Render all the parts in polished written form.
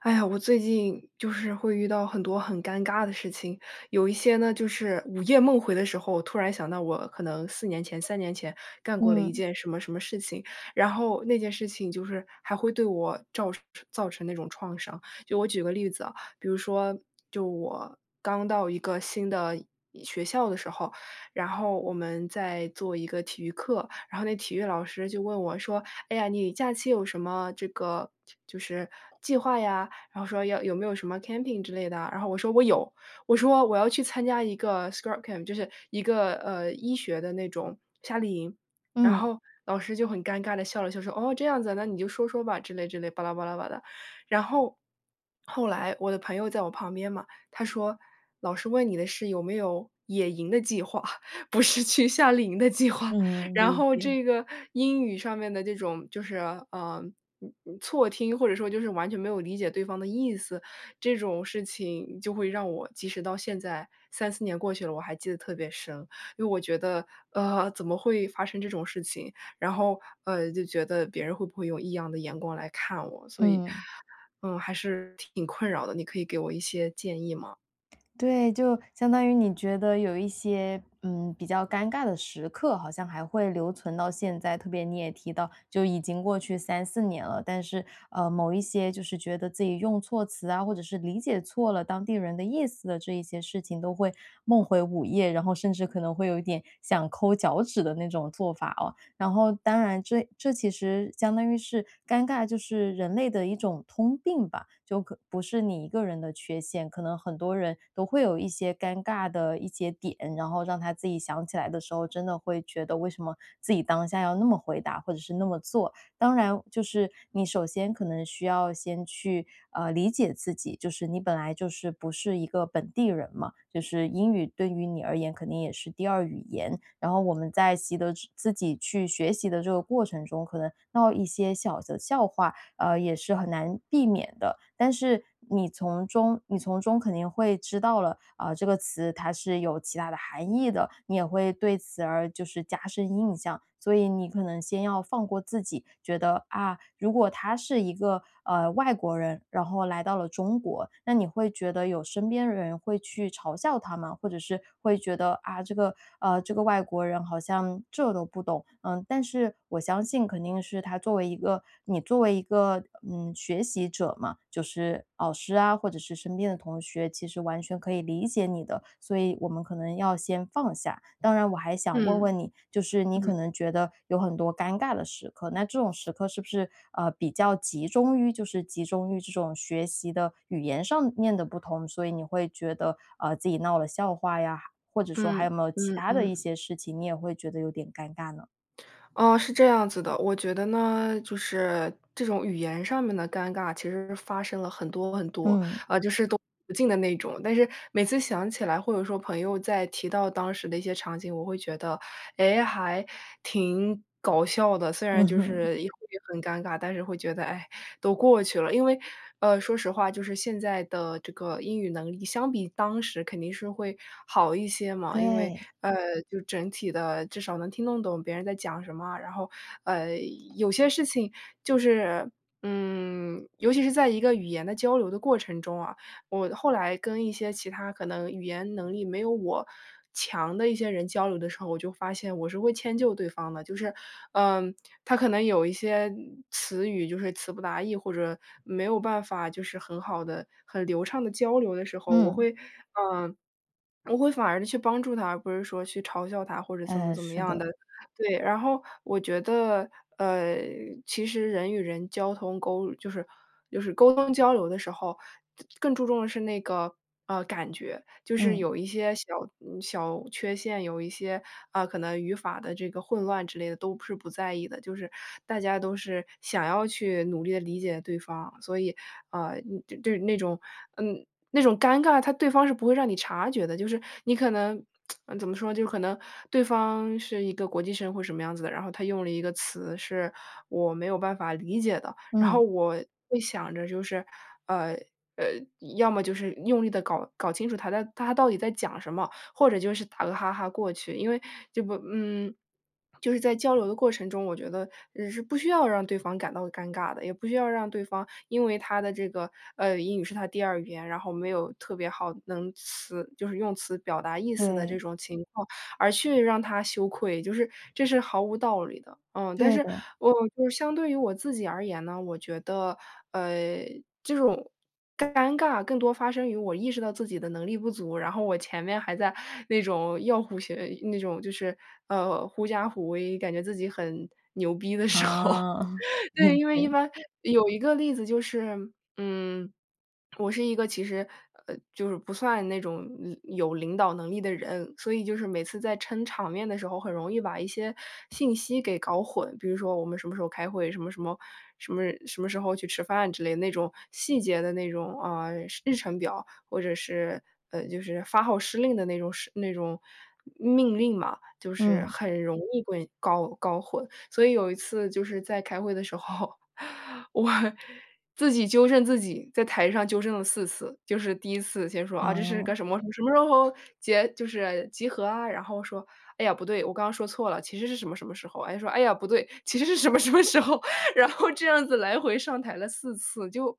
哎呀，我最近就是会遇到很多很尴尬的事情，有一些呢，就是午夜梦回的时候，突然想到我可能四年前、三年前干过了一嗯，件什么什么事情，然后那件事情就是还会对我造成那种创伤。就我举个例子啊，比如说，就我刚到一个新的学校的时候，然后我们在做一个体育课，然后那体育老师就问我说：“哎呀，你假期有什么这个就是计划呀？”然后说要有没有什么 camping 之类的啊然后我说我有，我说我要去参加一个 scrub camp，就是一个医学的那种夏令营，然嗯，后老师就很尴尬的笑了笑说哦这样子啊那你就说说吧之类之类巴拉巴拉巴拉，然后后来我的朋友在我旁边嘛，他说老师问你的是有没有野营的计划，不是去夏令营的计划，嗯，然理后解。这个英语上面的这种就是，错听，或者说就是完全没有理解对方的意思，这种事情就会让我即使到现在三四年过去了，我还记得特别深。因为我觉得，怎么会发生这种事情？然后，就觉得别人会不会用异样的眼光来看我，所以，嗯，嗯，还是挺困扰的，你可以给我一些建议吗？对，就相当于你觉得有一些，嗯，比较尴尬的时刻，好像还会留存到现在。特别你也提到，就已经过去三四年了，但是,某一些就是觉得自己用错词啊，或者是理解错了当地人的意思的这一些事情，都会梦回午夜，然后甚至可能会有一点想抠脚趾的那种做法哦。然后当然这其实相当于是尴尬就是人类的一种通病吧，就可不是你一个人的缺陷，可能很多人都会有一些尴尬的一些点，然后让他自己想起来的时候，真的会觉得为什么自己当下要那么回答或者是那么做，当然，就是你首先可能需要先去理解自己，就是你本来就是不是一个本地人嘛，就是英语对于你而言肯定也是第二语言。然后我们在习得自己去学习的这个过程中，可能闹一些小的笑话，也是很难避免的。但是你从中肯定会知道了，啊、这个词它是有其他的含义的，你也会对此而就是加深印象。所以你可能先要放过自己，觉得啊，如果他是一个外国人，然后来到了中国，那你会觉得有身边人会去嘲笑他吗？或者是会觉得啊，这个外国人好像这都不懂，嗯，但是我相信肯定是他作为一个你作为一个，嗯，学习者嘛，就是老师啊，或者是身边的同学，其实完全可以理解你的，所以我们可能要先放下。当然我还想问嗯，问你，就是你可嗯，能觉得有很多尴尬的时刻，那这种时刻是不是，呃，比较集中于就是集中于这种学习的语言上面的不同，所以你会觉得，呃，自己闹了笑话呀，或者说还嗯，有没有其嗯他的嗯一嗯。些事情，你也会觉得有点尴尬呢？哦，是这样子的，我觉得呢，就是这种语言上面的尴尬，其实发生了很多很多，嗯，啊，就是都不尽的那种。但是每次想起来，或者说朋友在提到当时的一些场景，我会觉得诶，还挺搞笑的，虽然嗯就哼，是也会很尴尬，但是会觉得，哎，都过去了。因为，说实话，就是现在的这个英语能力相比当时肯定是会好一些 嘛，因为，对，呃，就整体的至少能听得懂别人在讲什么啊，然后，呃，有些事情就是嗯，尤其是在一个语言的交流的过程中啊，我后来跟一些其他可能语言能力没有我强的一些人交流的时候，我就发现我是会迁就对方的。就是，嗯，他可能有一些词语就是词不达意，或者没有办法就是很好的、很流畅的交流的时候，我嗯，会，嗯。我会反而的去帮助他，而不是说去嘲笑他或者怎么哎，怎么是样的。的，对，然后我觉得，呃，其实人与人交通沟就是就是沟通交流的时候，更注重的是那个，感觉。就是嗯，有一些小嗯小缺陷，有一些，啊，可能语法的这个混乱之类的，都是不在意的。就是大家都是想要去努力的理解对方，所以，就是那种嗯，那种尴尬，他对方是不会让你察觉的，就是你可能嗯，怎么说，就可能对方是一个国际生或什么样子的，然后他用了一个词是我没有办法理解的，然后嗯，我会想着就是，呃，呃，要么就是用力的搞清楚他到底在讲什么，或者就是打个哈哈过去。因为这不，嗯，就是在交流的过程中，我觉得是不需要让对方感到尴尬的，也不需要让对方因为他的这个英语是他第二语言，然后没有特别好能词，就是用词表达意思的这对，种情况，而去让他羞愧，就是这是毫无道理的。嗯，但对是的，我就是相对于我自己而言呢，我觉得呃这种尴尬更多发生于我意识到自己的能力不足，然后我前面还在那种 要虎学那种就是，狐假虎威，感觉自己很牛逼的时候。啊，对，理因为一解，般有一个例子就是，嗯，我是一个其实，就是不算那种嗯有领导能力的人，所以就是每次在撑场面的时候，很容易把一些信息给搞混。比如说我们什么时候开会，什么时候去吃饭之类那种细节的那种啊、是日程表，或者是就是发号施令的那种是那种命令嘛，就是嗯，很容易搞混。所以有一次就是在开会的时候，我自己纠正自己，在台上纠正了四次。就是第一次先说：“啊，这是好，个什么什么时候就是集合啊？”然后说：“哎呀，不对，我刚刚说错了，其实是什么什么时候。”哎，说：“哎呀，不对，其实是什么什么时候。”然后这样子来回上台了四次，就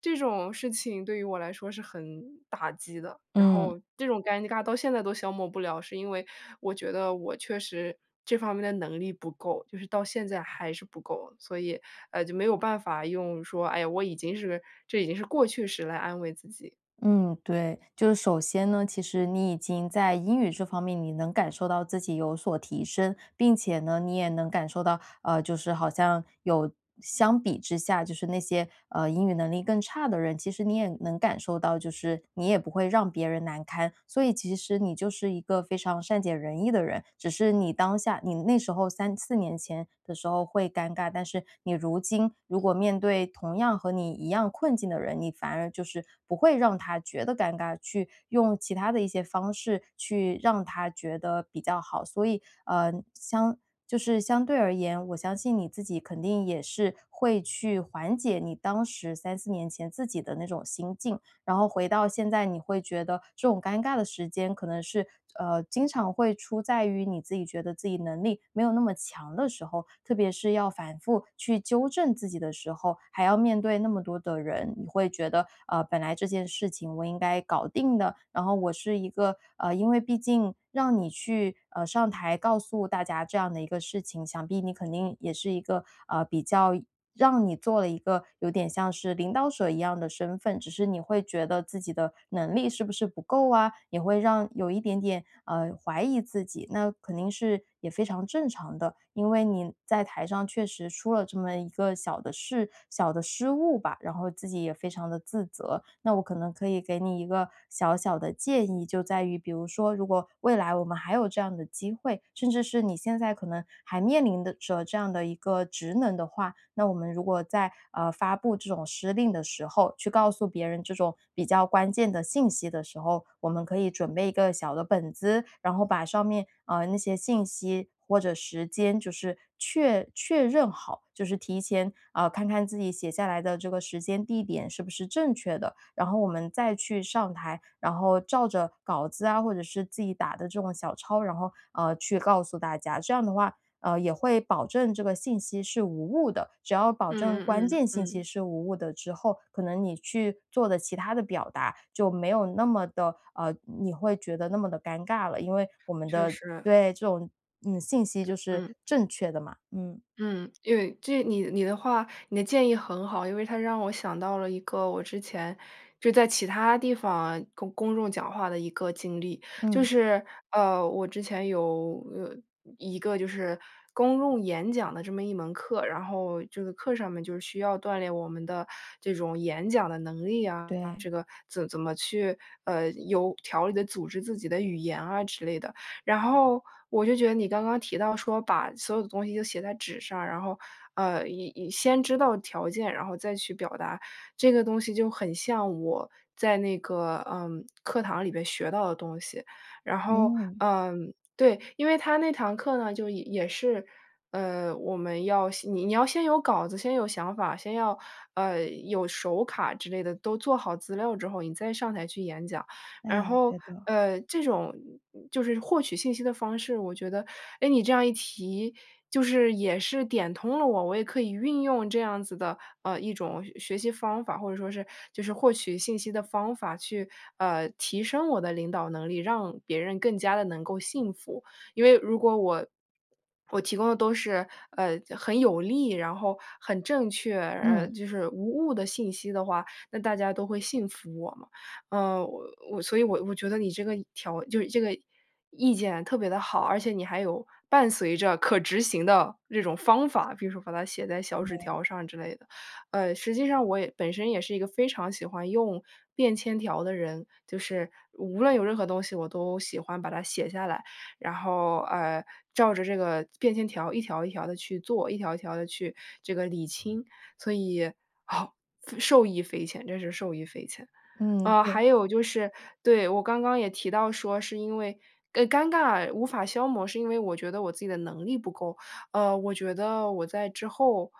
这种事情对于我来说是很打击的。然嗯。后这种尴尬到现在都消磨不了，是因为我觉得我确实这方面的能力不够，就是到现在还是不够。所以，就没有办法用说，哎呀，我已经是这已经是过去式来安慰自己。嗯，对，就是首先呢，其实你已经在英语这方面，你能感受到自己有所提升，并且呢，你也能感受到，就是好像有相比之下，就是那些英语能力更差的人，其实你也能感受到，就是你也不会让别人难堪，所以其实你就是一个非常善解人意的人，只是你当下你那时候三四年前的时候会尴尬，但是你如今如果面对同样和你一样困境的人，你反而就是不会让他觉得尴尬，去用其他的一些方式去让他觉得比较好。所以，就是相对而言，我相信你自己肯定也是会去缓解你当时三四年前自己的那种心境，然后回到现在，你会觉得这种尴尬的时间可能是经常会出在于你自己觉得自己能力没有那么强的时候，特别是要反复去纠正自己的时候，还要面对那么多的人，你会觉得本来这件事情我应该搞定的，然后我是一个因为毕竟让你去上台告诉大家这样的一个事情，想必你肯定也是一个呃比较让你做了一个有点像是领导者一样的身份，只是你会觉得自己的能力是不是不够啊，也会让有一点点怀疑自己，那肯定是也非常正常的，因为你在台上确实出了这么一个小的事、小的失误吧，然后自己也非常的自责。那我可能可以给你一个小小的建议，就在于比如说，如果未来我们还有这样的机会，甚至是你现在可能还面临的着这样的一个职能的话，那我们如果在发布这种施令的时候，去告诉别人这种比较关键的信息的时候，我们可以准备一个小的本子，然后把上面那些信息或者时间，就是确认好，就是提前看看自己写下来的这个时间地点是不是正确的，然后我们再去上台，然后照着稿子啊，或者是自己打的这种小抄，然后去告诉大家。这样的话，也会保证这个信息是无误的。只要保证嗯关嗯键信嗯息嗯，是无误的之后，可能你去做的其他的表达就没有那么的你会觉得那么的尴尬了，因为我们确的实，对这种嗯信息就是嗯。正确的嘛，嗯嗯，因为这你的话，你的建议很好，因为它让我想到了一个我之前就在其他地方公众讲话的一个经历，就嗯，是我之前有一个就是公众演讲的这么一门课，然后这个课上面就是需要锻炼我们的这种演讲的能力啊，对，这个怎么去有条理的组织自己的语言啊之类的。然后我就觉得你刚刚提到说把所有的东西就写在纸上，然后，以先知道条件，然后再去表达，这个东西就很像我在那个，嗯，课堂里边学到的东西。然后，嗯，嗯，对，因为他那堂课呢，就也是，我们要先你要先有稿子，先有想法，先要，有手卡之类的，都做好资料之后，你再上台去演讲。然哎，后，对的，这种就是获取信息的方式，我觉得，哎，你这样一提，就是也是点通了我，我也可以运用这样子的，一种学习方法，或者说是就是获取信息的方法去，提升我的领导能力，让别人更加的能够信服。因为如果我提供的都是，很有利，然后很正确，嗯。就是无误的信息的话，那大家都会信服我嘛。呃，我我所以我我觉得你这个条就是这个意见特别的好，而且你还有伴随着可执行的这种方法，比如说把它写在小纸条上之类的。实际上我也本身也是一个非常喜欢用便签条的人，就是无论有任何东西，我都喜欢把它写下来，然后，照着这个便签条一条一条的去做，一条一条的去这个理清，所以，好受益匪浅，真是受益匪浅。嗯嗯对嗯哎对的嗯嗯对还有就是对，我刚刚也提到说是因为尴尬无法消磨，是因为我觉得我自己的能力不够。我觉得我在之后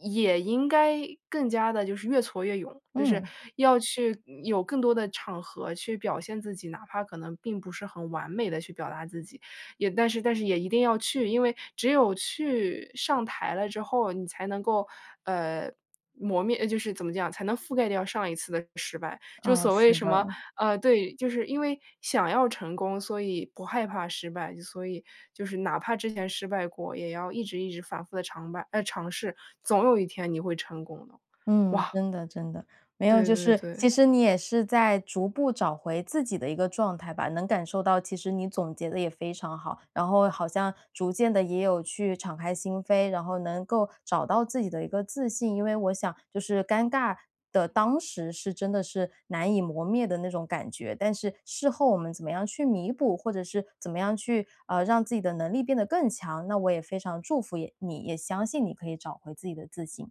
也应该更加的，就是越挫越勇，就是嗯要去有更多的场合去表现自己，哪怕可能并不是很完美的去表达自己，也但是也一定要去，因为只有去上台了之后，你才能够，呃，磨灭就是怎么讲，才能覆盖掉上一次的失败。就哦，所谓是什么，的，对，就是因为想要成功，所以不害怕失败，所以就是哪怕之前失败过，也要一直一直反复的尝试，总有一天你会成功的。嗯，哇，真的真的，没有，对就对是对，其实你也是在逐步找回自己的一个状态吧，能感受到其实你总结的也非常好，然后好像逐渐的也有去敞开心扉，然后能够找到自己的一个自信。因为我想就是尴尬的当时是真的是难以磨灭的那种感觉，但是事后我们怎么样去弥补，或者是怎么样去，呃，让自己的能力变得更强，那我也非常祝福也你，也相信你可以找回自己的自信。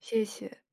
谢谢。